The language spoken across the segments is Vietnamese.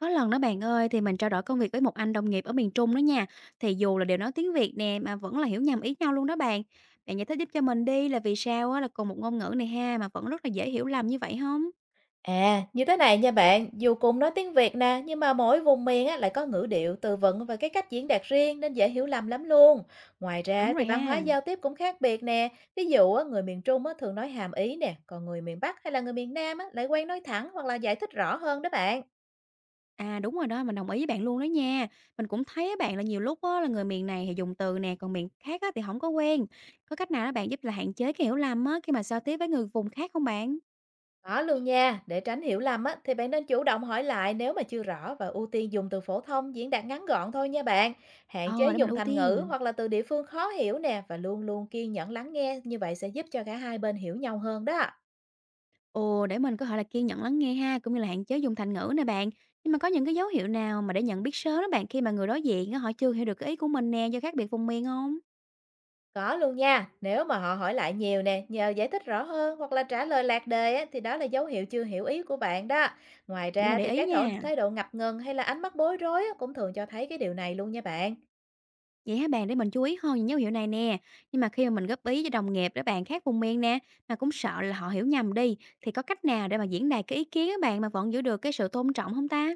Có lần đó bạn ơi, thì mình trao đổi công việc với một anh đồng nghiệp ở miền Trung đó nha. Thì dù là đều nói tiếng Việt nè mà vẫn là hiểu nhầm ý nhau luôn đó bạn. Bạn giải thích giúp cho mình đi là vì sao á, là cùng một ngôn ngữ này ha mà vẫn rất là dễ hiểu lầm như vậy không? À, như thế này nha bạn, dù cùng nói tiếng Việt nè, nhưng mà mỗi vùng miền á, lại có ngữ điệu, từ vựng và cái cách diễn đạt riêng nên dễ hiểu lầm lắm luôn. Ngoài ra Đúng thì rồi văn hóa ha. giao tiếp cũng khác biệt nè. Ví dụ á, người miền Trung á, thường nói hàm ý nè, còn người miền Bắc hay là người miền Nam á, lại quen nói thẳng hoặc là giải thích rõ hơn đó bạn. À đúng rồi đó, mình đồng ý với bạn luôn đó nha. Mình cũng thấy á bạn là nhiều lúc á, là người miền này thì dùng từ nè, còn miền khác á, thì không có quen. Có cách nào đó bạn giúp là hạn chế cái hiểu lầm á, khi mà giao tiếp với người vùng khác không bạn? Có luôn nha, để tránh hiểu lầm á, thì bạn nên chủ động hỏi lại nếu mà chưa rõ và ưu tiên dùng từ phổ thông diễn đạt ngắn gọn thôi nha bạn. Hạn chế Ờ, để mình dùng ưu thành ngữ tiên. hoặc là từ địa phương khó hiểu nè, và luôn luôn kiên nhẫn lắng nghe, như vậy sẽ giúp cho cả hai bên hiểu nhau hơn đó. Ồ, để mình có thể là kiên nhẫn lắng nghe ha, cũng như là hạn chế dùng thành ngữ nè bạn. Nhưng mà có những cái dấu hiệu nào mà để nhận biết sớm đó bạn khi mà người đối diện á, họ chưa hiểu được cái ý của mình nè do khác biệt vùng miền không? Có luôn nha, nếu mà họ hỏi lại nhiều nè, nhờ giải thích rõ hơn hoặc là trả lời lạc đề á, thì đó là dấu hiệu chưa hiểu ý của bạn đó. Ngoài Để mình ra thì để ý cái nha. thái độ ngập ngừng hay là ánh mắt bối rối á, cũng thường cho thấy cái điều này luôn nha bạn. Vậy hả bạn, để mình chú ý hơn những dấu hiệu này nè. Nhưng mà khi mà mình góp ý cho đồng nghiệp để bạn khác vùng miền nè, mà cũng sợ là họ hiểu nhầm đi, thì có cách nào để mà diễn đạt cái ý kiến á bạn mà vẫn giữ được cái sự tôn trọng không ta?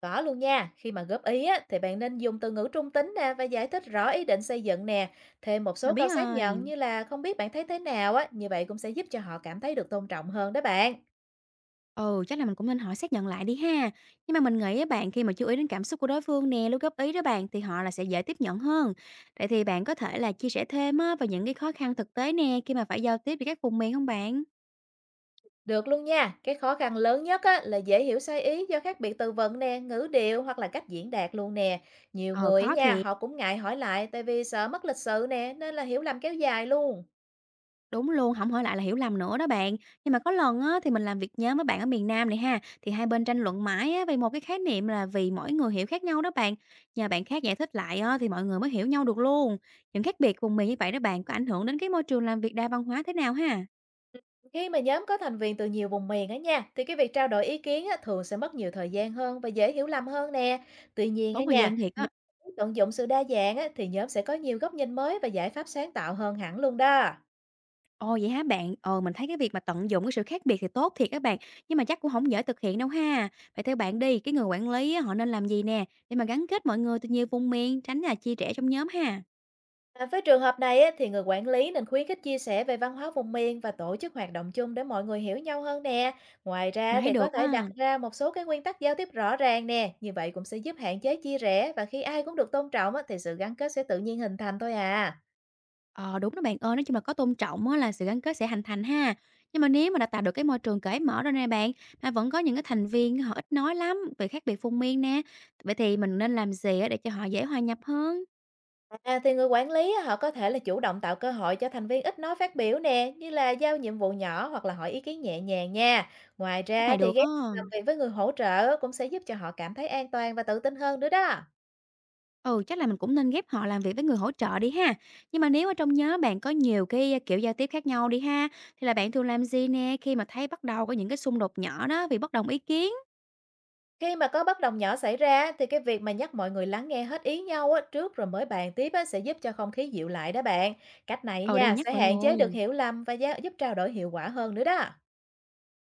Có luôn nha, khi mà góp ý á, thì bạn nên dùng từ ngữ trung tính nè và giải thích rõ ý định xây dựng nè. Thêm một số Mình câu biết xác nhận rồi. như là không biết bạn thấy thế nào á, như vậy cũng sẽ giúp cho họ cảm thấy được tôn trọng hơn đó bạn. Ừ, chắc là mình cũng nên hỏi xác nhận lại đi ha. Nhưng mà mình nghĩ á bạn, khi mà chú ý đến cảm xúc của đối phương nè, lúc góp ý đó bạn, thì họ là sẽ dễ tiếp nhận hơn. Vậy thì bạn có thể là chia sẻ thêm á về những cái khó khăn thực tế nè khi mà phải giao tiếp với các vùng miền không bạn? Được luôn nha, cái khó khăn lớn nhất á, là dễ hiểu sai ý do khác biệt từ vựng nè, ngữ điệu hoặc là cách diễn đạt luôn nè. Nhiều Ờ người khó nha, thiệt, họ cũng ngại hỏi lại tại vì sợ mất lịch sự nè, nên là hiểu lầm kéo dài luôn. đúng luôn, không hỏi lại là hiểu lầm nữa đó bạn. Nhưng mà có lần á thì mình làm việc nhóm với bạn ở miền Nam này ha, thì hai bên tranh luận mãi á về một cái khái niệm, là vì mỗi người hiểu khác nhau đó bạn. Nhờ bạn khác giải thích lại á thì mọi người mới hiểu nhau được luôn. Những khác biệt vùng miền như vậy đó bạn, có ảnh hưởng đến cái môi trường làm việc đa văn hóa thế nào ha? Khi mà nhóm có thành viên từ nhiều vùng miền á nha, thì cái việc trao đổi ý kiến á, thường sẽ mất nhiều thời gian hơn và dễ hiểu lầm hơn nè. Tuy nhiên á Tốn thời nha, gian thiệt nếu á. tận dụng sự đa dạng á, thì nhóm sẽ có nhiều góc nhìn mới và giải pháp sáng tạo hơn hẳn luôn đó. Ồ, vậy hả bạn? Ờ, mình thấy cái việc mà tận dụng cái sự khác biệt thì tốt thiệt các bạn, nhưng mà chắc cũng không dễ thực hiện đâu ha. Vậy theo bạn đi, cái người quản lý á, họ nên làm gì nè, để mà gắn kết mọi người từ nhiều vùng miền, tránh là chia rẽ trong nhóm ha? À, với trường hợp này á, thì người quản lý nên khuyến khích chia sẻ về văn hóa vùng miền và tổ chức hoạt động chung để mọi người hiểu nhau hơn nè. Ngoài ra Mình thấy thì có được á. thể đặt ra một số cái nguyên tắc giao tiếp rõ ràng nè, như vậy cũng sẽ giúp hạn chế chia rẽ, và khi ai cũng được tôn trọng á, thì sự gắn kết sẽ tự nhiên hình thành thôi à. Ờ, đúng đó bạn ơi, nói chung là có tôn trọng á là sự gắn kết sẽ hình thành ha. Nhưng mà nếu mà đã tạo được cái môi trường cởi mở rồi nè bạn, mà vẫn có những cái thành viên họ ít nói lắm về khác biệt vùng miền nè, vậy thì mình nên làm gì á để cho họ dễ hòa nhập hơn? À, thì người quản lý á, họ có thể là chủ động tạo cơ hội cho thành viên ít nói phát biểu nè, như là giao nhiệm vụ nhỏ hoặc là hỏi ý kiến nhẹ nhàng nha. Ngoài Cách ra này thì được ghép á. làm việc với người hỗ trợ cũng sẽ giúp cho họ cảm thấy an toàn và tự tin hơn nữa đó. Ừ, chắc là mình cũng nên ghép họ làm việc với người hỗ trợ đi ha. Nhưng mà nếu ở trong nhóm bạn có nhiều cái kiểu giao tiếp khác nhau đi ha, thì là bạn thường làm gì nè khi mà thấy bắt đầu có những cái xung đột nhỏ đó vì bất đồng ý kiến? Khi mà có bất đồng nhỏ xảy ra thì cái việc mà nhắc mọi người lắng nghe hết ý nhau á, trước rồi mới bàn tiếp á, sẽ giúp cho không khí dịu lại đó bạn. Cách này Ừ, để mình nha nhắc sẽ mọi hạn chế được người. hiểu lầm và giúp trao đổi hiệu quả hơn nữa đó.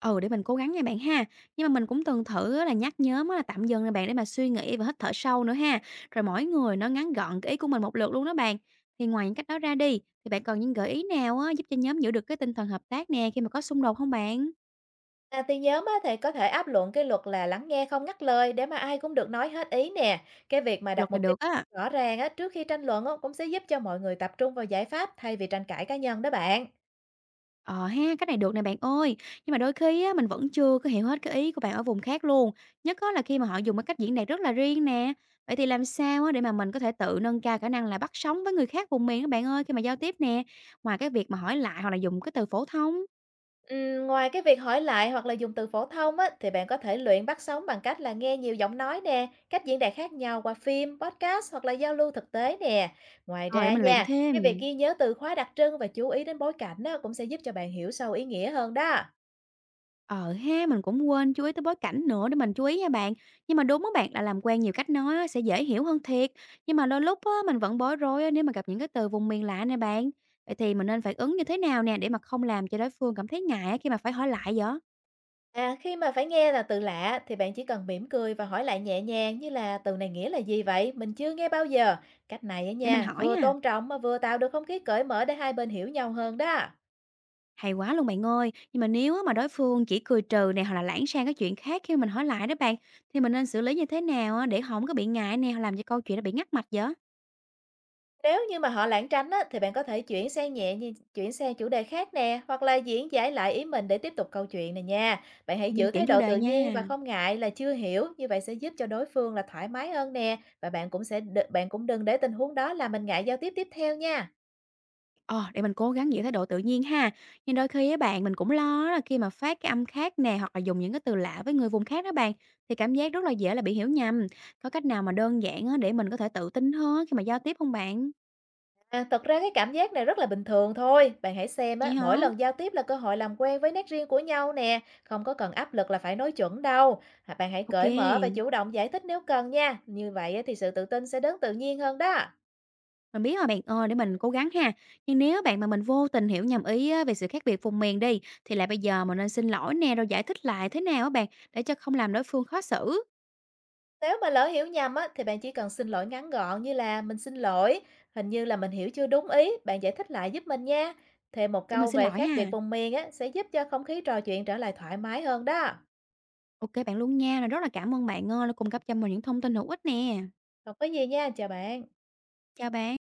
Ừ, để mình cố gắng nha bạn ha. Nhưng mà mình cũng từng thử á là nhắc nhóm á là tạm dừng nè bạn, để mà suy nghĩ và hít thở sâu nữa ha. Rồi mỗi người nó ngắn gọn cái ý của mình một lượt luôn đó bạn. Thì ngoài những cách đó ra đi, thì bạn còn những gợi ý nào á, giúp cho nhóm giữ được cái tinh thần hợp tác nè khi mà có xung đột không bạn? À, thì nhóm á, thì có thể áp luận cái luật là lắng nghe không ngắt lời để mà ai cũng được nói hết ý nè. Cái việc mà Luật đặt là mục tiêu được á. rõ ràng á, trước khi tranh luận á, cũng sẽ giúp cho mọi người tập trung vào giải pháp thay vì tranh cãi cá nhân đó bạn. Ờ ha, cách này được nè bạn ơi. Nhưng mà đôi khi á, mình vẫn chưa có hiểu hết cái ý của bạn ở vùng khác luôn. Nhất á, là khi mà họ dùng cái cách diễn đạt rất là riêng nè. Vậy thì làm sao á, để mà mình có thể tự nâng cao khả năng là bắt sóng với người khác vùng miền các bạn ơi khi mà giao tiếp nè? Ngoài cái việc mà hỏi lại hoặc là dùng cái từ phổ thông. Ngoài cái việc hỏi lại hoặc là dùng từ phổ thông á, thì bạn có thể luyện bắt sóng bằng cách là nghe nhiều giọng nói nè, cách diễn đạt khác nhau qua phim, podcast hoặc là giao lưu thực tế nè. Ngoài Ờ, để ra mình luyện nha, cái việc thêm. ghi nhớ từ khóa đặc trưng và chú ý đến bối cảnh á, cũng sẽ giúp cho bạn hiểu sâu ý nghĩa hơn đó. Ờ ha, mình cũng quên chú ý tới bối cảnh nữa, để mình chú ý nha bạn. Nhưng mà đúng á bạn, là làm quen nhiều cách nói á, sẽ dễ hiểu hơn thiệt. Nhưng mà đôi lúc á, mình vẫn bối rối á, nếu mà gặp những cái từ vùng miền lạ nè bạn. Vậy thì mình nên phản ứng như thế nào nè để mà không làm cho đối phương cảm thấy ngại á, khi mà phải hỏi lại vậy? À, khi mà phải nghe là từ lạ thì bạn chỉ cần mỉm cười và hỏi lại nhẹ nhàng như là: từ này nghĩa là gì vậy? Mình chưa nghe bao giờ. Cách này á Để mình nha, hỏi vừa à. tôn trọng mà vừa tạo được không khí cởi mở để hai bên hiểu nhau hơn đó. Hay quá luôn bạn ơi. Nhưng mà nếu á, mà đối phương chỉ cười trừ nè, hoặc là lãng sang cái chuyện khác khi mà mình hỏi lại đó bạn, thì mình nên xử lý như thế nào á, để không có bị ngại nè hoặc làm cho câu chuyện nó bị ngắt mạch vậy? Nếu như mà họ lảng tránh á, thì bạn có thể chuyển sang nhẹ như chuyển sang chủ đề khác nè, hoặc là diễn giải lại ý mình để tiếp tục câu chuyện này nha. Bạn hãy Mình giữ thái chuyển chủ độ đề tự nhiên nha. và không ngại là chưa hiểu, như vậy sẽ giúp cho đối phương là thoải mái hơn nè, và bạn cũng đừng để tình huống đó làm mình ngại giao tiếp tiếp theo nha. Ờ, để mình cố gắng giữ thái độ tự nhiên ha. Nhưng đôi khi á bạn, mình cũng lo là khi mà phát cái âm khác nè, hoặc là dùng những cái từ lạ với người vùng khác đó bạn, thì cảm giác rất là dễ là bị hiểu nhầm. Có cách nào mà đơn giản á để mình có thể tự tin hơn khi mà giao tiếp không bạn? À, thật ra cái cảm giác này rất là bình thường thôi. Bạn hãy xem Vậy á, mỗi hả? lần giao tiếp là cơ hội làm quen với nét riêng của nhau nè, không có cần áp lực là phải nói chuẩn đâu. À, bạn hãy Ok. cởi mở và chủ động giải thích nếu cần nha. Như vậy á, thì sự tự tin sẽ đến tự nhiên hơn đó. Mình biết rồi bạn ơi, để mình cố gắng ha. Nhưng nếu bạn, mà mình vô tình hiểu nhầm ý á về sự khác biệt vùng miền đi, thì lại bây giờ mình nên xin lỗi nè, rồi giải thích lại thế nào á bạn, để cho không làm đối phương khó xử? Nếu mà lỡ hiểu nhầm á, thì bạn chỉ cần xin lỗi ngắn gọn như là: mình xin lỗi, hình như là mình hiểu chưa đúng ý, bạn giải thích lại giúp mình nha. Thêm một Để mình câu xin về lỗi khác biệt ha. vùng miền á, sẽ giúp cho không khí trò chuyện trở lại thoải mái hơn đó. Ok bạn luôn nha, rất là cảm ơn bạn ơi, đã cung cấp cho mình những thông tin hữu ích nè. Không có gì nha, chào bạn. Chào bạn.